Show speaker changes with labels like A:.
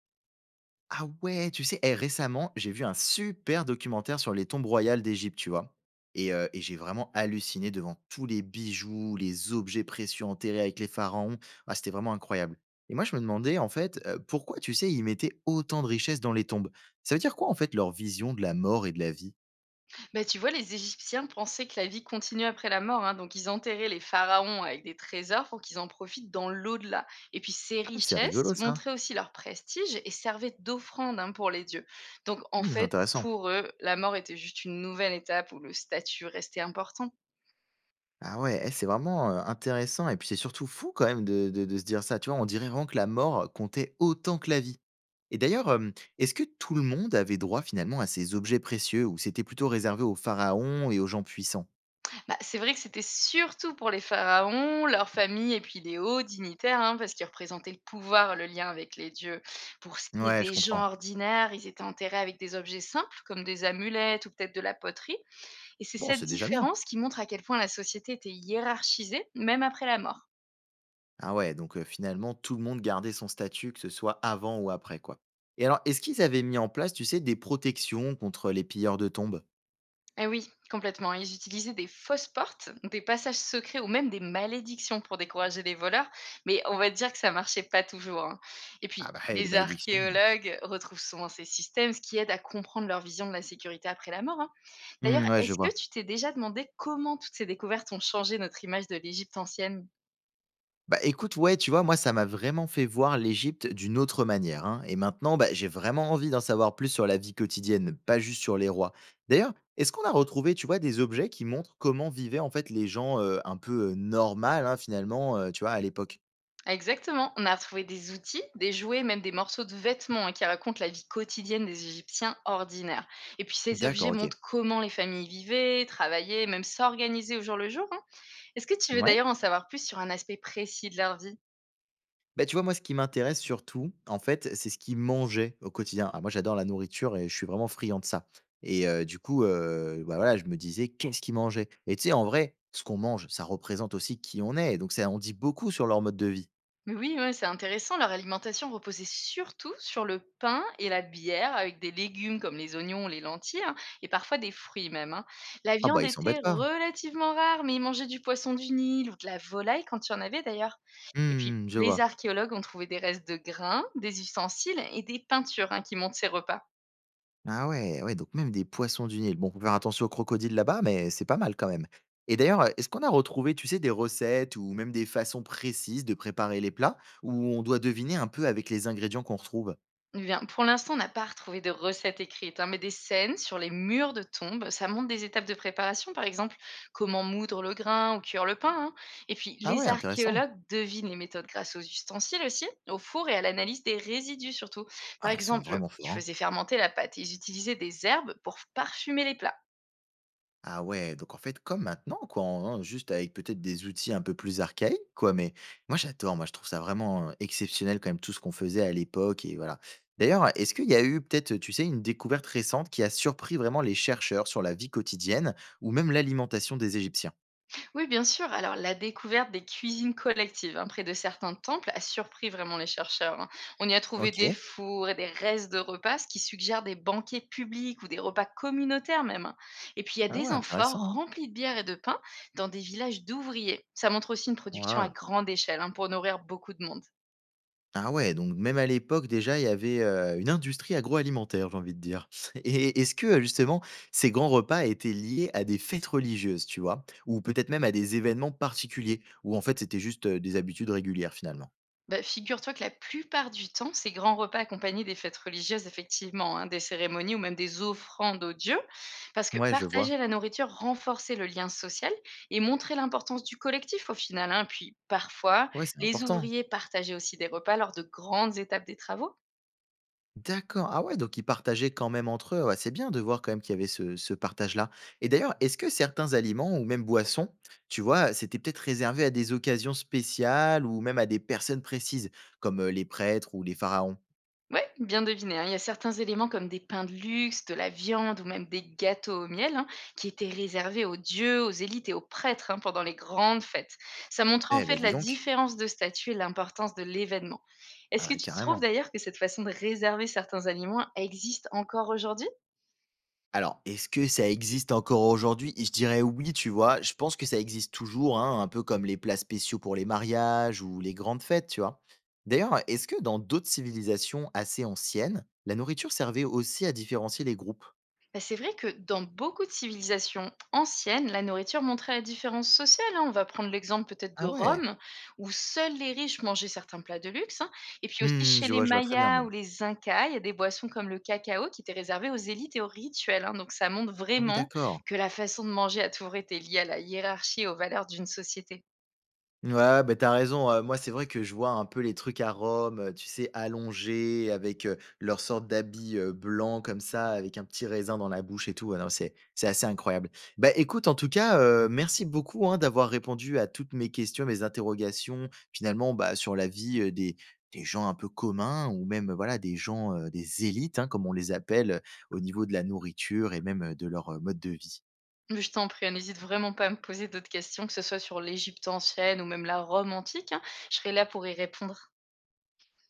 A: Ah ouais, tu sais, récemment, j'ai vu un super documentaire sur les tombes royales d'Égypte, tu vois. Et j'ai vraiment halluciné devant tous les bijoux, les objets précieux enterrés avec les pharaons. Ah, c'était vraiment incroyable. Et moi, je me demandais, en fait, pourquoi, tu sais, ils mettaient autant de richesses dans les tombes. Ça veut dire quoi, en fait, leur vision de la mort et de la vie?
B: Bah, tu vois, les Égyptiens pensaient que la vie continue après la mort, hein, donc ils enterraient les pharaons avec des trésors pour qu'ils en profitent dans l'au-delà. Et puis ces
A: Ah, c'est rigolo,
B: richesses
A: ça.
B: montraient aussi leur prestige et servaient d'offrande, hein, pour les dieux. Donc en
A: C'est
B: fait,
A: intéressant.
B: pour eux, la mort était juste une nouvelle étape où le statut restait important.
A: Ah ouais, c'est vraiment, intéressant et puis c'est surtout fou quand même de se dire ça, tu vois? On dirait vraiment que la mort comptait autant que la vie. Et d'ailleurs, est-ce que tout le monde avait droit finalement à ces objets précieux ou c'était plutôt réservé aux pharaons et aux gens puissants?
B: Bah, c'est vrai que c'était surtout pour les pharaons, leurs familles et puis les hauts dignitaires, hein, parce qu'ils représentaient le pouvoir, le lien avec les dieux. Pour ce qui est
A: Ouais, je
B: des gens
A: comprends.
B: ordinaires, ils étaient enterrés avec des objets simples, comme des amulettes ou peut-être de la poterie. Et c'est
A: Bon,
B: cette
A: c'est déjà bien.
B: différence qui montre à quel point la société était hiérarchisée, même après la mort.
A: Ah ouais, donc finalement tout le monde gardait son statut, que ce soit avant ou après, quoi. Et alors, est-ce qu'ils avaient mis en place, tu sais, des protections contre les pilleurs de tombes?
B: Eh oui, complètement. Ils utilisaient des fausses portes, des passages secrets ou même des malédictions pour décourager les voleurs, mais on va dire que ça marchait pas toujours, hein. Et
A: Ah
B: puis,
A: bah, les
B: les
A: malédictions.
B: archéologues retrouvent souvent ces systèmes, ce qui aide à comprendre leur vision de la sécurité après la mort, hein. D'ailleurs,
A: Mmh, ouais, je
B: est-ce que
A: vois.
B: tu t'es déjà demandé comment toutes ces découvertes ont changé notre image de l'Égypte ancienne?
A: Bah écoute, ouais, tu vois, moi, ça m'a vraiment fait voir l'Égypte d'une autre manière, hein. Et maintenant, bah, j'ai vraiment envie d'en savoir plus sur la vie quotidienne, pas juste sur les rois. D'ailleurs, est-ce qu'on a retrouvé, tu vois, des objets qui montrent comment vivaient en fait les gens un peu normal, hein, finalement, tu vois, à l'époque?
B: Exactement, on a retrouvé des outils, des jouets, même des morceaux de vêtements, hein, qui racontent la vie quotidienne des Égyptiens ordinaires. Et puis ces
A: D'accord,
B: objets
A: ok.
B: montrent comment les familles vivaient, travaillaient, même s'organisaient au jour le jour, hein. Est-ce que tu veux
A: Ouais.
B: d'ailleurs en savoir plus sur un aspect précis de leur vie?
A: Bah, tu vois, moi, ce qui m'intéresse surtout, en fait, c'est ce qu'ils mangeaient au quotidien. Ah, moi, j'adore la nourriture et je suis vraiment friand de ça. Et bah, voilà, je me disais: «Qu'est-ce qu'ils mangeaient?» et tu sais, en vrai, ce qu'on mange, ça représente aussi qui on est, donc ça en dit beaucoup sur leur mode de vie.
B: Mais oui, ouais, c'est intéressant. Leur alimentation reposait surtout sur le pain et la bière, avec des légumes comme les oignons, les lentilles, hein, et parfois des fruits même, hein. La
A: Ah bah,
B: viande
A: ils
B: était
A: s'embêtent pas.
B: relativement rare, mais ils mangeaient du poisson du Nil ou de la volaille quand il y en avait d'ailleurs. Et puis,
A: Mmh, je
B: les
A: vois.
B: archéologues ont trouvé des restes de grains, des ustensiles et des peintures, hein, qui montrent ces repas.
A: Ah ouais, ouais, donc même des poissons du Nil. Bon, faut faire attention aux crocodiles là-bas, mais c'est pas mal quand même. Et d'ailleurs, est-ce qu'on a retrouvé, tu sais, des recettes ou même des façons précises de préparer les plats, où on doit deviner un peu avec les ingrédients qu'on retrouve?
B: Eh bien, pour l'instant, on n'a pas retrouvé de recette écrite, hein, mais des scènes sur les murs de tombes. Ça montre des étapes de préparation, par exemple, comment moudre le grain ou cuire le pain, hein. Et puis,
A: Ah ouais,
B: les
A: intéressant.
B: archéologues devinent les méthodes grâce aux ustensiles aussi, au four et à l'analyse des résidus surtout. Par
A: Ah, ils sont
B: exemple,
A: vraiment
B: ils
A: forts, hein.
B: faisaient fermenter la pâte et ils utilisaient des herbes pour parfumer les plats.
A: Ah ouais, donc en fait, comme maintenant, quoi, juste avec peut-être des outils un peu plus archaïques, quoi. Mais moi, j'adore, moi, je trouve ça vraiment exceptionnel quand même tout ce qu'on faisait à l'époque. Et voilà. D'ailleurs, est-ce qu'il y a eu peut-être, tu sais, une découverte récente qui a surpris vraiment les chercheurs sur la vie quotidienne ou même l'alimentation des Égyptiens?
B: Oui, bien sûr. Alors, la découverte des cuisines collectives, hein, près de certains temples a surpris vraiment les chercheurs, hein. On y a trouvé des
A: Ok.
B: fours et des restes de repas, ce qui suggère des banquets publics ou des repas communautaires même, hein. Et puis, il y a
A: Ah ouais,
B: des
A: intéressant,
B: amphores
A: hein.
B: remplies de bière et de pain dans des villages d'ouvriers. Ça montre aussi une production à
A: Waouh.
B: grande échelle, hein, pour nourrir beaucoup de monde.
A: Ah ouais, donc même à l'époque déjà, il y avait, une industrie agroalimentaire, j'ai envie de dire. Et est-ce que, justement, ces grands repas étaient liés à des fêtes religieuses, tu vois? Ou peut-être même à des événements particuliers? Ou en fait, c'était juste, des habitudes régulières finalement?
B: Bah, figure-toi que la plupart du temps, ces grands repas accompagnés des fêtes religieuses, effectivement, hein, des cérémonies ou même des offrandes aux dieux, parce que
A: Ouais, je
B: partager
A: vois.
B: la nourriture renforçait le lien social et montrait l'importance du collectif au final, hein. Puis parfois,
A: Ouais, c'est
B: les
A: important.
B: ouvriers partageaient aussi des repas lors de grandes étapes des travaux.
A: D'accord, ah ouais, donc ils partageaient quand même entre eux. Ouais, c'est bien de voir quand même qu'il y avait ce partage-là. Et d'ailleurs, est-ce que certains aliments ou même boissons, tu vois, c'était peut-être réservé à des occasions spéciales ou même à des personnes précises, comme, les prêtres ou les pharaons?
B: Ouais, bien deviné, hein. Il y a certains éléments comme des pains de luxe, de la viande ou même des gâteaux au miel, hein, qui étaient réservés aux dieux, aux élites et aux prêtres, hein, pendant les grandes fêtes. Ça montre en
A: Eh
B: fait
A: ben dis
B: la
A: donc.
B: différence de statut et l'importance de l'événement. Est-ce
A: Ah
B: que
A: ouais,
B: tu trouves
A: carrément.
B: d'ailleurs que cette façon de réserver certains aliments existe encore aujourd'hui?
A: Alors, est-ce que ça existe encore aujourd'hui? Je dirais oui, tu vois. Je pense que ça existe toujours, hein, un peu comme les plats spéciaux pour les mariages ou les grandes fêtes, tu vois. D'ailleurs, est-ce que dans d'autres civilisations assez anciennes, la nourriture servait aussi à différencier les groupes?
B: Bah, c'est vrai que dans beaucoup de civilisations anciennes, la nourriture montrait la différence sociale, hein. On va prendre l'exemple peut-être de
A: Ah ouais.
B: Rome, où seuls les riches mangeaient certains plats de luxe, hein. Et puis aussi
A: Mmh,
B: chez les
A: je vois très bien
B: Mayas
A: même.
B: ou les Incas, il y a des boissons comme le cacao qui étaient réservées aux élites et aux rituels, hein. Donc ça montre
A: Ah oui,
B: vraiment
A: d'accord.
B: que la façon de manger a toujours été liée à la hiérarchie et aux valeurs d'une société.
A: Ouais, ouais, bah, tu raison, moi, c'est vrai que je vois un peu les trucs à Rome, tu sais, allongés avec, leur sorte d'habit, blanc comme ça, avec un petit raisin dans la bouche et tout. Ah non, c'est assez incroyable. Bah, écoute, en tout cas, merci beaucoup, hein, d'avoir répondu à toutes mes questions, mes interrogations, finalement, bah, sur la vie, des gens un peu communs ou même, voilà, des gens, des élites, hein, comme on les appelle, au niveau de la nourriture et même, de leur, mode de vie.
B: Mais je t'en prie, hein, n'hésite vraiment pas à me poser d'autres questions, que ce soit sur l'Égypte ancienne ou même la Rome antique, hein. Je serai là pour y répondre.